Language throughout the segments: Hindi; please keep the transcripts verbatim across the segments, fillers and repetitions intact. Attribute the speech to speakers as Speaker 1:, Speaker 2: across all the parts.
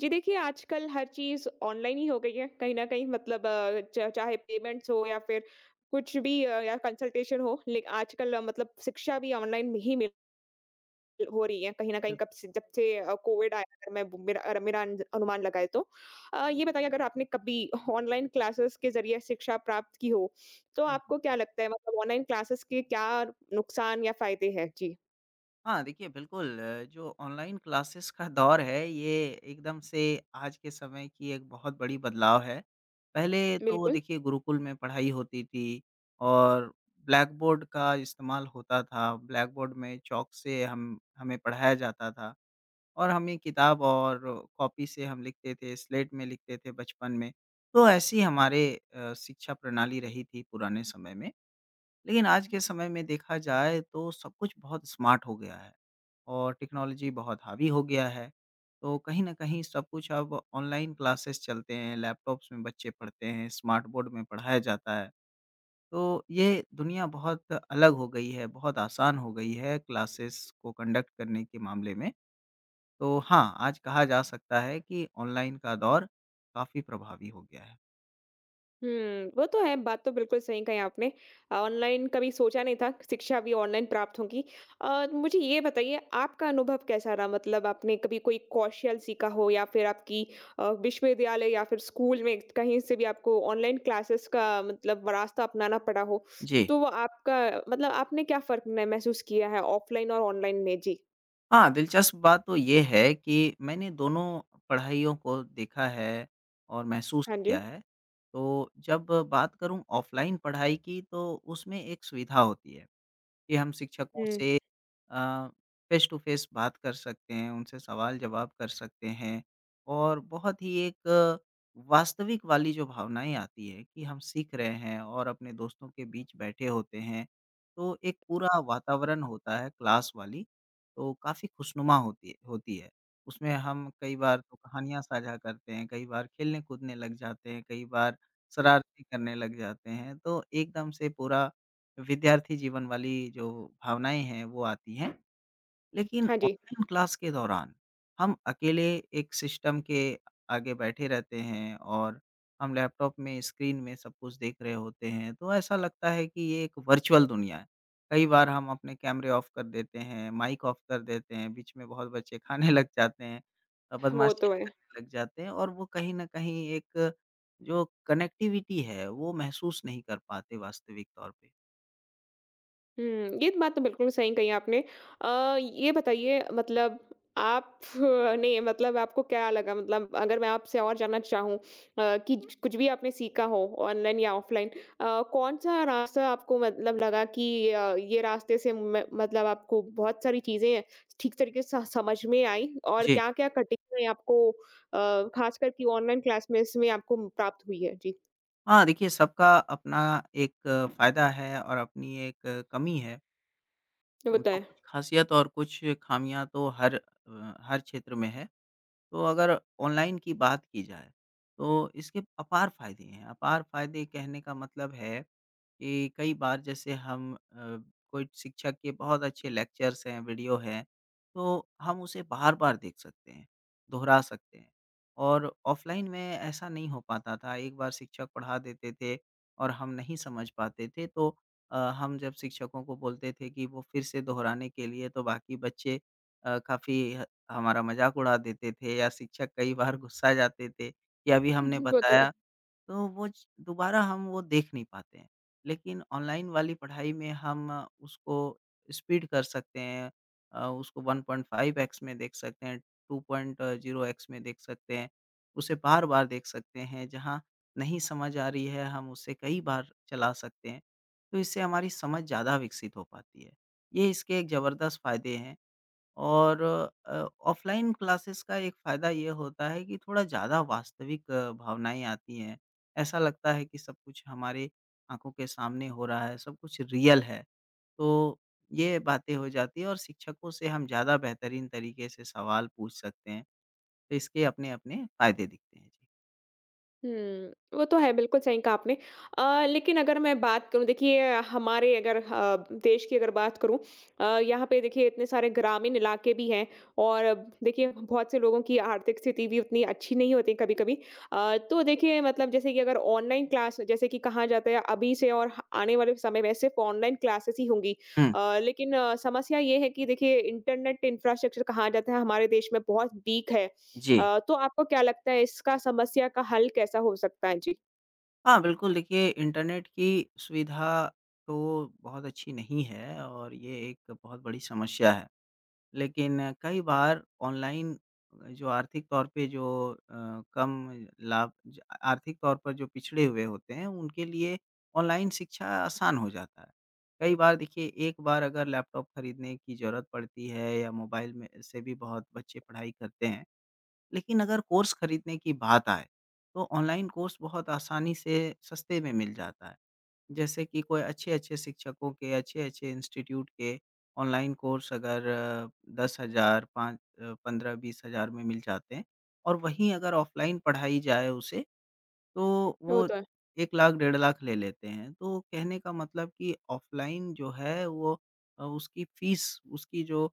Speaker 1: जी देखिए, आजकल हर चीज़ ऑनलाइन ही हो गई है, कहीं न कहीं मतलब अ, च चाहे पेमेंट्स हो या फिर कुछ भी अ, या कंसल्टेशन हो, ले आजकल अ, मतलब शिक्षा भी ऑनलाइन ही मिल हो रही है, कहीं न कहीं
Speaker 2: बिल
Speaker 1: कब से जब से अ, कोविड आया, अगर मैं ब मेरा अर मेरा अंज अनुमान लगाए तो। अ, ये बताइए, अगर आपने कभी ऑनलाइन क्लासेस के ज़रिए शिक्षा प्राप्त की हो, तो
Speaker 2: हुँ, हुँ।
Speaker 1: आपको क्या लगता है मतलब ऑनलाइन क्लासेस के क्या नुकसान या फ़ायदे हैं? जी,
Speaker 2: हाँ, देखिए बिल्कुल अ, जो ऑनलाइन क्लासेस का दौर है ये एकदम से आज के समय की एक बहुत बड़ी बदलाव है। पहले तो
Speaker 1: बिल्कुल।
Speaker 2: देखिए गुरुकुल में पढ़ाई होती थी और ब्लैक बोर्ड का इस्तेमाल होता था। ब्लैक बोर्ड में चॉक से हम हमें पढ़ाया जाता था और हमें किताब और कॉपी से हम लिखते थे, स्लेट में लिखते थे बचपन में। तो ऐसी हमारे अ, शिक्षा प्रणाली रही थी पुराने समय में। लेकिन आज के समय में देखा जाए तो सब कुछ बहुत स्मार्ट हो गया है और टेक्नोलॉजी बहुत हावी हो गया है। तो कहीं न कहीं सब कुछ अब ऑनलाइन क्लासेस चलते हैं, लैपटॉप्स में बच्चे पढ़ते हैं, स्मार्ट बोर्ड में पढ़ाया जाता है। तो ये दुनिया बहुत अलग हो गई है, बहुत आसान हो गई है क्लासेस को कंडक्ट करने के मामले में। तो हाँ, आज कहा जा सकता है कि ऑनलाइन का दौर काफ़ी प्रभावी हो गया है।
Speaker 1: हुँ, वो तो है, बात तो बिल्कुल सही कही आपने। ऑनलाइन कभी सोचा नहीं था कि शिक्षा भी ऑनलाइन प्राप्त होगी। अ, मुझे ये बताइए, आपका अनुभव कैसा रहा? मतलब आपने कभी कोई कौशल सीखा हो या फिर आपकी अ, विश्वविद्यालय या फिर स्कूल में कहीं से भी आपको ऑनलाइन क्लासेस का मतलब रास्ता अपनाना पड़ा हो,
Speaker 2: जी।
Speaker 1: तो वो आपका मतलब आपने क्या फ़र्क न महसूस किया है ऑफ़लाइन और ऑनलाइन में? जी।
Speaker 2: हाँ, दिलचस्प बात तो ये है कि मैंने दोनों पढ़ाइयों को देखा है और महसूस
Speaker 1: हाँ जी।
Speaker 2: किया है। तो जब बात करूँ ऑफ़लाइन पढ़ाई की तो उसमें एक सुविधा होती है कि हम शिक्षकों
Speaker 1: हुँ।
Speaker 2: से अ, फ़ेस टू फ़ेस बात कर सकते हैं, उनसे सवाल-जवाब कर सकते हैं और बहुत ही एक अ, वास्तविक वाली जो भावनाएँ आती है कि हम सीख रहे हैं और अपने दोस्तों के बीच बैठे होते हैं, तो एक पूरा वातावरण होता है क्लास वाली, तो काफ़ी खुशनुमा होती है होती है। उसमें हम कई बार तो कहानियाँ साझा करते हैं, कई बार खेलने-कूदने लग जाते हैं, कई बार शरारतें करने लग जाते हैं, तो एकदम से पूरा विद्यार्थी जीवन वाली जो भावनाएँ हैं, वो आती हैं। लेकिन
Speaker 1: हाँ जी,
Speaker 2: ऑनलाइन क्लास के दौरान हम अकेले एक सिस्टम के आगे बैठे रहते हैं और हम लैपटॉप में, स्क्रीन में सब कुछ देख रहे होते हैं, तो ऐसा लगता है कि ये एक वर्चुअल दुनिया है। कई बार हम अपने कैमरे ऑफ कर देते हैं, माइक ऑफ कर देते हैं, बीच में बहुत बच्चे खाने लग जाते हैं, अ,
Speaker 1: वो
Speaker 2: बदमाशियाँ
Speaker 1: तो है।
Speaker 2: करने लग जाते हैं और वो कहीं न कहीं एक जो कनेक्टिविटी है, वो महसूस नहीं कर पाते वास्तविक तौर पे।
Speaker 1: हुँ, ये तो बात तो बिल्कुल सही कही आपने। अ, ये बताइए मतलब आप ने मतलब आपको क्या लगा, मतलब अगर मैं आपसे और जानना चाहूँ अ, कि कुछ भी आपने सीखा हो ऑनलाइन या ऑफ़लाइन, अ, कौन-सा रास्ता आपको मतलब लगा कि अ, ये रास्ते से म मतलब आपको बहुत सारी चीज़ें ठीक तरीके से स समझ में आई, और
Speaker 2: जी।
Speaker 1: क्या-क्या कठिनाई आपको अ, ख़ासकर कि ऑनलाइन क्लास में इसमें आपको प्राप्त हुई है? जी,
Speaker 2: हाँ, देखिए सबका अपना एक फ़ायदा है और अपनी एक अ, कमी है। उम, तो
Speaker 1: बताएँ।
Speaker 2: कुछ ख़ासियत और कुछ ख़ामियाँ तो हर अ, हर क्षेत्र में है। तो अगर ऑनलाइन की बात की जाए, तो इसके अपार फ़ायदे हैं। अपार फ़ायदे कहने का मतलब है कि कई बार जैसे हम अ, कोई शिक्षक के बहुत अच्छे लेक्चर्स हैं, वीडियो हैं, तो हम उसे बार-बार देख सकते हैं, दोहरा सकते हैं और ऑफ़लाइन में ऐसा नहीं हो पाता था। एक बार शिक्षक पढ़ा देते थे और हम नहीं समझ पाते थे, तो अ, हम जब शिक्षकों को बोलते थे कि वो फिर से दोहराने के लिए, तो बाकी बच्चे अ, काफ़ी ह हमारा मज़ाक उड़ा देते थे या शिक्षक कई बार गुस्सा जाते थे कि अभी हमने बताया, तो वो च दोबारा हम वो देख नहीं पाते हैं। लेकिन ऑनलाइन वाली पढ़ाई में हम अ, उसको स्पीड कर सकते हैं, अ, उसको वन पॉइंट फ़ाइव एक्स में देख सकते हैं, टू पॉइंट ज़ीरो एक्स में देख सकते हैं, उसे बार-बार देख सकते हैं, जहाँ नहीं समझ आ रही है हम उसे कई बार चला सकते हैं। तो इससे हमारी समझ ज़्यादा विकसित हो पाती है। ये इसके एक ज़बरदस्त फ़ायदे हैं। और अ, ऑफ़लाइन क्लासेस का एक फ़ायदा ये होता है कि थोड़ा ज़्यादा वास्तविक अ, भावनाएँ आती हैं। ऐसा लगता है कि सब कुछ हमारे आँखों के सामने हो रहा है, सब कुछ रियल है। तो ये बातें हो जाती हैं और शिक्षकों से हम ज़्यादा बेहतरीन तरीके से सवाल पूछ सकते हैं। तो इसके अपने-अपने फ़ायदे दिखते हैं। जी।
Speaker 1: हुँ, वो तो है, बिल्कुल सही कहा आपने। अ, लेकिन अगर मैं बात करूँ, देखिए हमारे अगर ह देश की अगर बात करूँ, अ, यहाँ पे देखिए इतने सारे ग्रामीण इलाके भी हैं, और अब देखिए बहुत से लोगों की आर्थिक स्थिति भी उतनी अच्छी नहीं होती कभी-कभी। अ, तो देखिए मतलब जैसे कि अगर ऑनलाइन क्लास, जैसे कि कहा जाता है अभी से और ह- आने वाले समय में सिर्फ़ ऑनलाइन क्लासेस ही होंगी।
Speaker 2: हुँ,
Speaker 1: अ, लेकिन अ, समस्या ये है कि देखिए इंटरनेट इंफ्रास्ट्रक्चर, कहा जाता है हमारे देश में बहुत वीक है।
Speaker 2: जी।
Speaker 1: अ, तो आपको क्या लगता है इसका समस्या का हल कैसा हो सकता है? जी।
Speaker 2: हाँ, बिल्कुल देखिए इंटरनेट की सुविधा तो बहुत अच्छी नहीं है और ये एक बहुत बड़ी समस्या है। लेकिन कई बार ऑनलाइन जो आर्थिक तौर पे जो अ, कम लाभ ज आर्थिक तौर पर जो पिछड़े हुए होते हैं, उनके लिए ऑनलाइन शिक्षा आसान हो जाता है। कई बार देखिए एक बार अगर लैपटॉप खरीदने की ज़रूरत पड़ती है या मोबाइल में से भी बहुत बच्चे पढ़ाई करते हैं, लेकिन अगर कोर्स खरीदने की बात आए, तो ऑनलाइन कोर्स बहुत आसानी से सस्ते में मिल जाता है। जैसे कि कोई अच्छे-अच्छे शिक्षकों के, अच्छे-अच्छे इंस्टीट्यूट के ऑनलाइन कोर्स अगर दस हज़ार पाँच अ, पंद्रह से बीस हज़ार में मिल जाते हैं और वहीं अगर ऑफ़लाइन पढ़ाई जाए उसे, तो
Speaker 1: वो
Speaker 2: वो
Speaker 1: तो है।
Speaker 2: एक लाख, डेढ़ लाख ले लेते हैं। तो कहने का मतलब कि ऑफ़लाइन जो है वो अ, उसकी फ़ीस उसकी जो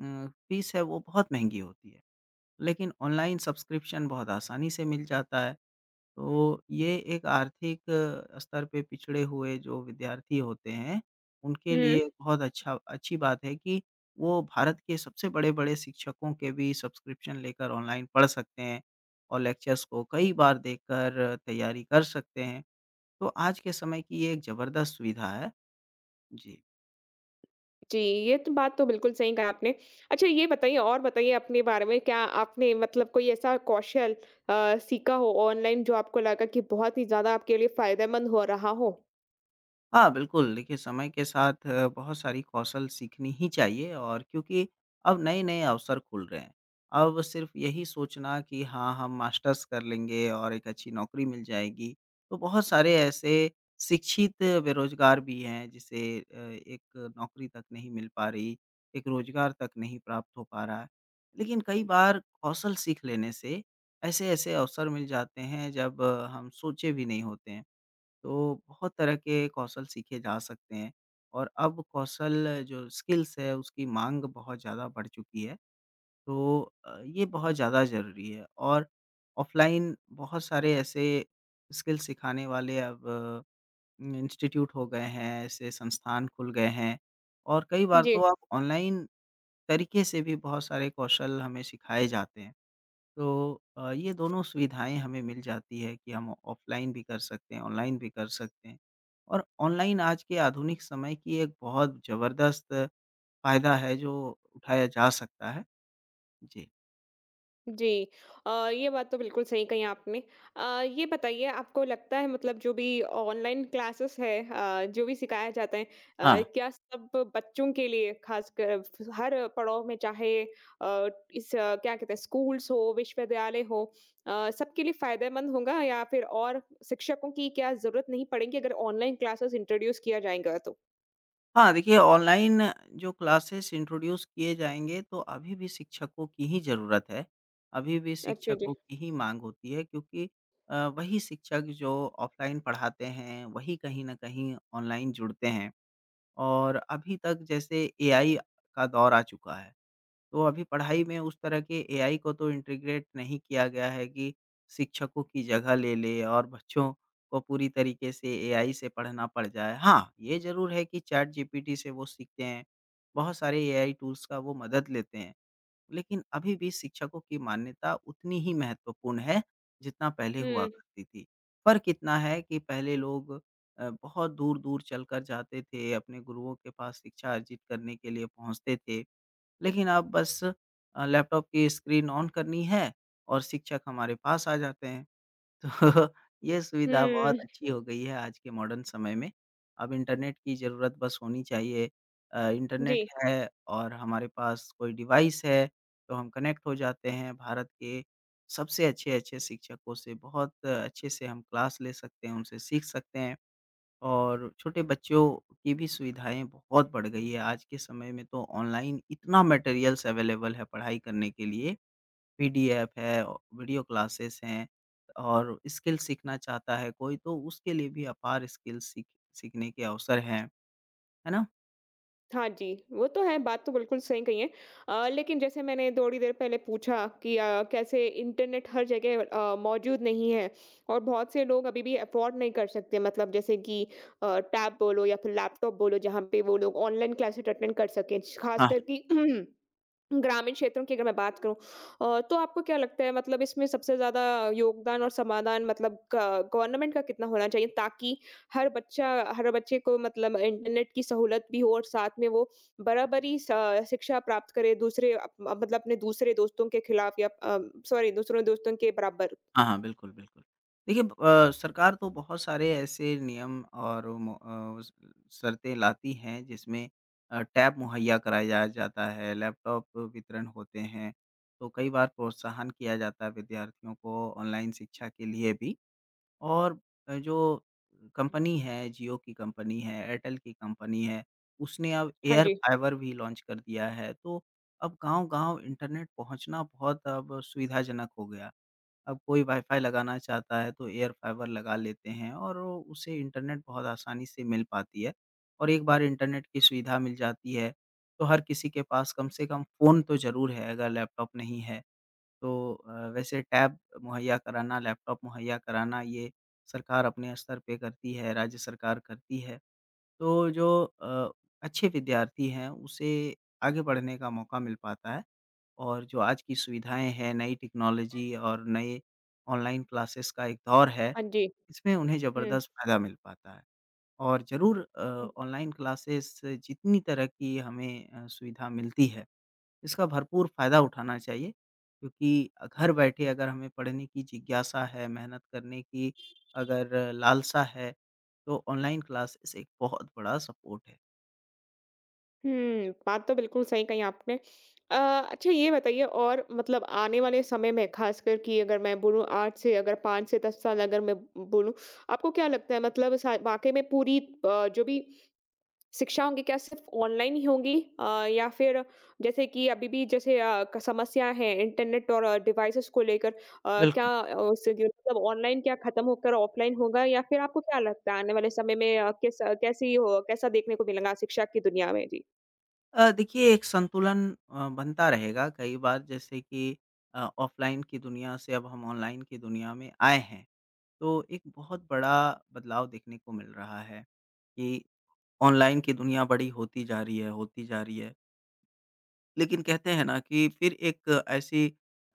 Speaker 2: उम, फ़ीस है वो बहुत महँगी होती है। लेकिन ऑनलाइन सब्सक्रिप्शन बहुत आसानी से मिल जाता है। तो ये एक आर्थिक अ, स्तर पे पिछड़े हुए जो विद्यार्थी होते हैं, उनके
Speaker 1: हुँ।
Speaker 2: लिए बहुत अच्छा अच्छी बात है कि वो भारत के सबसे बड़े-बड़े शिक्षकों के भी सब्सक्रिप्शन लेकर ऑनलाइन पढ़ सकते हैं और लेक्चर्स को कई बार देखकर तैयारी कर सकते हैं। तो आज के समय की ये एक ज़बरदस्त सुविधा है। जी।
Speaker 1: जी, ये तो बात तो बिल्कुल सही कहा आपने। अच्छा ये बताइए, और बताइए अपने बारे में, क्या आपने मतलब कोई ऐसा कौशल अ, सीखा हो ऑनलाइन जो आपको लगा कि बहुत ही ज़्यादा आपके लिए फ़ायदेमंद हो रहा हो?
Speaker 2: हाँ, बिल्कुल। देखिए, समय के साथ अ, बहुत सारी कौशल सीखनी ही चाहिए और क्योंकि अब नए-नए अवसर खुल रहे हैं। अब सिर्फ़ यही सोचना कि हाँ, हम मास्टर्स कर लेंगे और एक अच्छी नौकरी मिल जाएगी। तो बहुत सारे ऐसे शिक्षित बेरोज़गार भी हैं जिसे अ, एक नौकरी तक नहीं मिल पा रही, एक रोज़गार तक नहीं प्राप्त हो पा रहा है। लेकिन कई बार कौशल सीख लेने से ऐसे-ऐसे अवसर मिल जाते हैं जब अ, हम सोचे भी नहीं होते हैं। तो बहुत तरह के कौशल सीखे जा सकते हैं और अब कौशल जो स्किल्स है उसकी माँग बहुत ज़्यादा बढ़ चुकी है। तो अ, ये बहुत ज़्यादा ज़रूरी है और ऑफ़लाइन बहुत सारे ऐसे स्किल सिखाने वाले अब इंस्टीट्यूट हो गए हैं, ऐसे संस्थान खुल गए हैं और कई बार
Speaker 1: जी।
Speaker 2: तो आप ऑनलाइन तरीके से भी बहुत सारे कौशल हमें सिखाए जाते हैं। तो अ, ये दोनों सुविधाएँ हमें मिल जाती है कि हम ऑफ़लाइन भी कर सकते हैं, ऑनलाइन भी कर सकते हैं। और ऑनलाइन आज के आधुनिक समय की एक बहुत ज़बरदस्त फ़ायदा है जो उठाया जा सकता है। जी।
Speaker 1: जी। अ, ये बात तो बिल्कुल सही कही आपने। अ, ये बताइए, आपको लगता है मतलब जो भी ऑनलाइन क्लासेस है, अ, जो भी सिखाया जाता है, अ,
Speaker 2: हाँ,
Speaker 1: क्या सब बच्चों के लिए ख़ासकर फ हर पड़ाव में, चाहे अ, इस अ, क्या कहते हैं स्कूल्स हो, विश्वविद्यालय हो, अ, सबके लिए फ़ायदेमंद होगा या फिर, और शिक्षकों की क्या ज़रूरत नहीं पड़ेगी अगर ऑनलाइन क्लासेस इंट्रोड्यूस किया जाएगा तो?
Speaker 2: हाँ देखिए ऑनलाइन जो क्लासेस इंट्रोड्यूस किए जाएँगे तो अभी भी शिक्षकों की ही ज़रूरत है। अभी भी
Speaker 1: अच्छा जी।
Speaker 2: शिक्षकों की ही माँग होती है क्योंकि अ, वही शिक्षक जो ऑफ़लाइन पढ़ाते हैं, वही कहीं न कहीं ऑनलाइन जुड़ते हैं। और अभी तक जैसे एआई का दौर आ चुका है, तो अभी पढ़ाई में उस तरह के एआई को तो इंटीग्रेट नहीं किया गया है कि शिक्षकों की जगह ले ले और बच्चों को पूरी तरीके से एआई से पढ़ना पड़ जाए। हाँ, ये ज़रूर है कि चैट जीपीटी से वो सीखते हैं, बहुत सारे एआई टूल्स का वो मदद लेते हैं। लेकिन अभी भी शिक्षकों की मान्यता उतनी ही महत्वपूर्ण है, जितना पहले हुआ
Speaker 1: हुँ,
Speaker 2: करती थी। फ़र्क इतना है कि पहले लोग अ, बहुत दूर-दूर चलकर जाते थे, अपने गुरुओं के पास शिक्षा अर्जित करने के लिए पहुँचते थे। लेकिन अब बस अ, लैपटॉप की स्क्रीन ऑन करनी है और शिक्षक हमारे पास आ जाते हैं। तो ये सुविधा बहुत
Speaker 1: हुँ।
Speaker 2: अच्छी हो गई है आज के मॉडर्न समय में। अब इंटरनेट की ज़रूरत बस होनी चाहिए। अ, इंटरनेट
Speaker 1: जी।
Speaker 2: है और हमारे पास कोई डिवाइस है, तो हम कनेक्ट हो जाते हैं। भारत के सबसे अच्छे-अच्छे शिक्षकों से बहुत अच्छे से हम क्लास ले सकते हैं, उनसे सीख सकते हैं और छोटे बच्चों की भी सुविधाएँ बहुत बढ़ गई है। आज के समय में तो ऑनलाइन इतना मटेरियल्स अवेलेबल है पढ़ाई करने के लिए। पीडीएफ है, वीडियो क्लासेस हैं और स्किल सीखना चाहता है कोई तो उसके लिए भी अपार स्किल सीख सीखने के अवसर हैं, है ना?
Speaker 1: हाँ जी, वो तो है, बात तो बिल्कुल सही कही है। अ, लेकिन जैसे मैंने थोड़ी देर पहले पूछा कि अ, कैसे इंटरनेट हर जगह अ, मौजूद नहीं है, और बहुत से लोग अभी भी अफ़ोर्ड नहीं कर सकते मतलब जैसे कि अ, टैब बोलो या फिर लैपटॉप बोलो, जहाँ पे वो लोग ऑनलाइन क्लासेस अटेंड कर सकें। ख़ास
Speaker 2: हाँ, हाँ।
Speaker 1: कर कि ग्रामीण क्षेत्रों की अगर मैं बात करूँ, अ, तो आपको क्या लगता है मतलब इसमें सबसे ज़्यादा योगदान और समाधान मतलब ग गवर्नमेंट का कितना होना चाहिए, ताकि हर बच्चा, हर बच्चे को मतलब इंटरनेट की सहूलत भी हो और साथ में वो बराबरी स शिक्षा प्राप्त करे दूसरे अप मतलब अपने दूसरे दोस्तों के खिलाफ या अ, सॉरी, दूसरे दोस्तों के बराबर।
Speaker 2: हाँ, हाँ, बिल्कुल, बिल्कुल। देखिए ब- अ, सरकार तो बहुत सारे ऐसे नियम और मो अ, स शर्तें लाती हैं जिसमें अ, टैब मुहैया कराया जा, जाता है, लैपटॉप वितरण होते हैं, तो कई बार प्रोत्साहन किया जाता है विद्यार्थियों को ऑनलाइन शिक्षा के लिए भी। और अ, जो कंपनी है, जियो की कंपनी है, एयरटेल की कंपनी है, उसने अब
Speaker 1: हाँ
Speaker 2: एयर
Speaker 1: जी।
Speaker 2: फाइबर भी लॉन्च कर दिया है। तो अब गाँव-गाँव इंटरनेट पहुँचना बहुत अब सुविधाजनक हो गया। अब कोई वाई-फाई लगाना चाहता है तो एयर फाइबर लगा लेते हैं और वो उसे इंटरनेट बहुत आसानी से मिल पाती है। और एक बार इंटरनेट की सुविधा मिल जाती है, तो हर किसी के पास कम से कम फ़ोन तो ज़रूर है अगर लैपटॉप नहीं है। तो अ, वैसे टैब मुहैया कराना, लैपटॉप मुहैया कराना ये सरकार अपने स्तर पे करती है, राज्य सरकार करती है। तो जो अ, अच्छे विद्यार्थी हैं उसे आगे बढ़ने का मौका मिल पाता है और जो आज की सुविधाएँ हैं, नई टेक्नोलॉजी और नए ऑनलाइन क्लासेस का एक दौर है,
Speaker 1: हाँ जी।
Speaker 2: इसमें उन्हें
Speaker 1: हुँ।
Speaker 2: ज़बरदस्त फ़ायदा मिल पाता है। और ज़रूर अ, ऑनलाइन क्लासेस जितनी तरह की हमें अ, सुविधा मिलती है इसका भरपूर फ़ायदा उठाना चाहिए क्योंकि घर बैठे अगर हमें पढ़ने की जिज्ञासा है, मेहनत करने की अगर लालसा है, तो ऑनलाइन क्लासेस एक बहुत बड़ा सपोर्ट है।
Speaker 1: हुँ, बात तो बिल्कुल सही कही आपने। अ, अच्छा ये बताइए, और मतलब आने वाले समय में ख़ासकर कि अगर मैं बोलूँ आठ से, अगर पाँच से दस साल अगर मैं बोलूँ, आपको क्या लगता है मतलब सा वाक़ई में पूरी अ, जो भी शिक्षा होंगी, क्या सिर्फ़ ऑनलाइन ही होंगी? अ, या फिर जैसे कि अभी भी जैसे अ, क समस्या है इंटरनेट और डिवाइसेज़ को लेकर, अ, क्या
Speaker 2: बिल्कुल।
Speaker 1: अ, उससे जो मतलब ऑनलाइन क्या ख़त्म होकर ऑफ़लाइन होगा? या फिर आपको क्या लगता है आने वाले समय में अ, किस अ, कैसी हो कैसा देखने को मिलेगा शिक्षा की दुनिया में? जी।
Speaker 2: अ, देखिए एक संतुलन अ, बनता रहेगा कई बार जैसे कि अ, ऑफ़लाइन की दुनिया से अब हम ऑनलाइन की दुनिया में आए हैं, तो एक बहुत बड़ा बदलाव देखने को मिल रहा है कि ऑनलाइन की दुनिया बड़ी होती जा रही है, होती जा रही है। लेकिन कहते हैं ना कि फिर एक ऐसी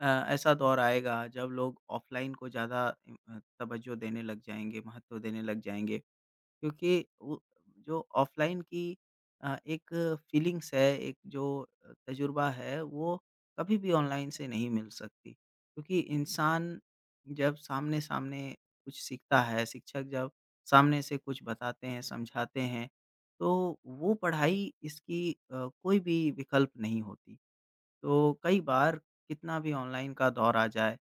Speaker 2: अ, ऐसा दौर आएगा जब लोग ऑफ़लाइन को ज़्यादा अ, तवज्जो देने लग जाएँगे, महत्व देने लग जाएँगे क्योंकि वो जो ऑफ़लाइन की अ, एक फ़ीलिंग्स है, एक जो अ, तजुर्बा है वो कभी भी ऑनलाइन से नहीं मिल सकती। क्योंकि इंसान जब सामने-सामने कुछ सीखता है, शिक्षक जब सामने से कुछ बताते हैं, समझाते हैं, तो वो पढ़ाई इसकी अ, कोई भी विकल्प नहीं होती। तो कई बार कितना भी ऑनलाइन का दौर आ जाए,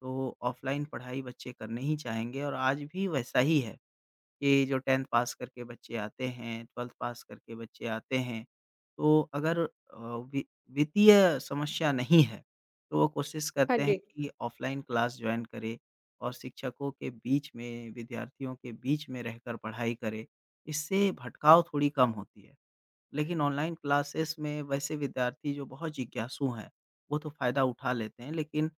Speaker 2: तो ऑफ़लाइन पढ़ाई बच्चे करने ही चाहेंगे और आज भी वैसा ही है कि जो दसवीं पास करके बच्चे आते हैं, बारहवीं पास करके बच्चे आते हैं, तो अगर अ, वि वित्तीय समस्या नहीं है, तो वो कोशिश
Speaker 1: हाँ
Speaker 2: करते हैं
Speaker 1: जी।
Speaker 2: कि ऑफ़लाइन क्लास जॉइन करें और शिक्षकों के बीच में, विद्यार्थियों के बीच में रहकर पढ़ाई करें। इससे भटकाव थोड़ी कम होती है। लेकिन ऑनलाइन क्लासेस में वैसे विद्यार्थी जो बहुत जिज्ञासु हैं, वो तो फ़ायदा उठा लेते हैं, लेकिन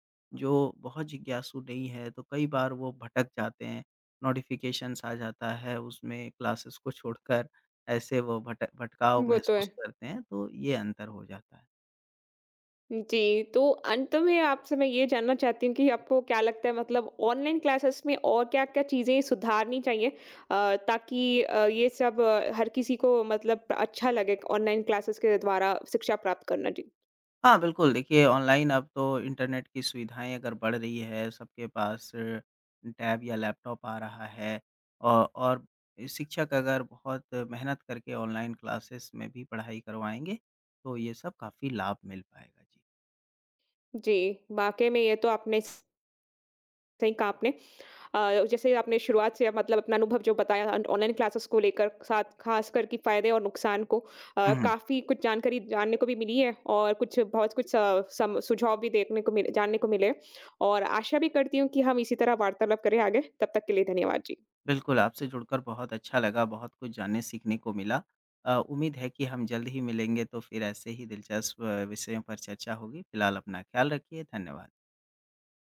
Speaker 2: जो बहुत जिज्ञासु नहीं है, तो कई बार वो भटक जाते हैं। नोटिफ़िकेशंस आ जाता है उसमें क्लासेस को छोड़कर, ऐसे वो भट भटकाव
Speaker 1: वो तो है।
Speaker 2: महसूस करते हैं, तो ये अंतर हो जाता है।
Speaker 1: जी, तो अंत में आपसे मैं ये जानना चाहती हूँ कि आपको क्या लगता है मतलब ऑनलाइन क्लासेस में और क्या-क्या चीज़ें सुधारनी चाहिए, अ, ताकि अ, ये सब अ, हर किसी को मतलब अच्छा लगे ऑनलाइन क्लासेस के द्वारा शिक्षा प्राप्त करना? जी।
Speaker 2: हाँ, बिल्कुल, देखिए ऑनलाइन अब तो इंटरनेट की सुविधाएँ अगर बढ़ रही है, सबके पास टैब या लैपटॉप आ रहा है औ और शिक्षक अगर बहुत मेहनत करके ऑनलाइन क्लासेस में भी पढ़ाई करवाएँगे, तो ये सब काफ़ी लाभ मिल पाएगा। जी।
Speaker 1: जी, वाक़ई में ये तो आपने सही कहा आपने। अ, जैसे आपने शुरुआत से मतलब अपना अनुभव जो बताया, अन ऑनलाइन क्लासेस को लेकर, साथ ख़ासकर कि फ़ायदे और नुकसान को, अ,
Speaker 2: हुँ,
Speaker 1: काफ़ी कुछ जानकारी जानने को भी मिली है, और कुछ बहुत कुछ स सम सुझाव भी देखने को मिले, जानने को मिले, और आशा भी करती हूँ कि हम इसी तरह वार्तालाप करें आगे। तब तक के लिए धन्यवाद जी।
Speaker 2: बिल्कुल, आपसे जुड़कर बहुत अच्छा लगा, बहुत कुछ जानने-सीखने को मिला। अ, उम्मीद है कि हम जल्द ही मिलेंगे, तो फिर ऐसे ही दिलचस्प अ, विषयों पर चर्चा होगी। फिलहाल अपना ख्याल रखिए, धन्यवाद।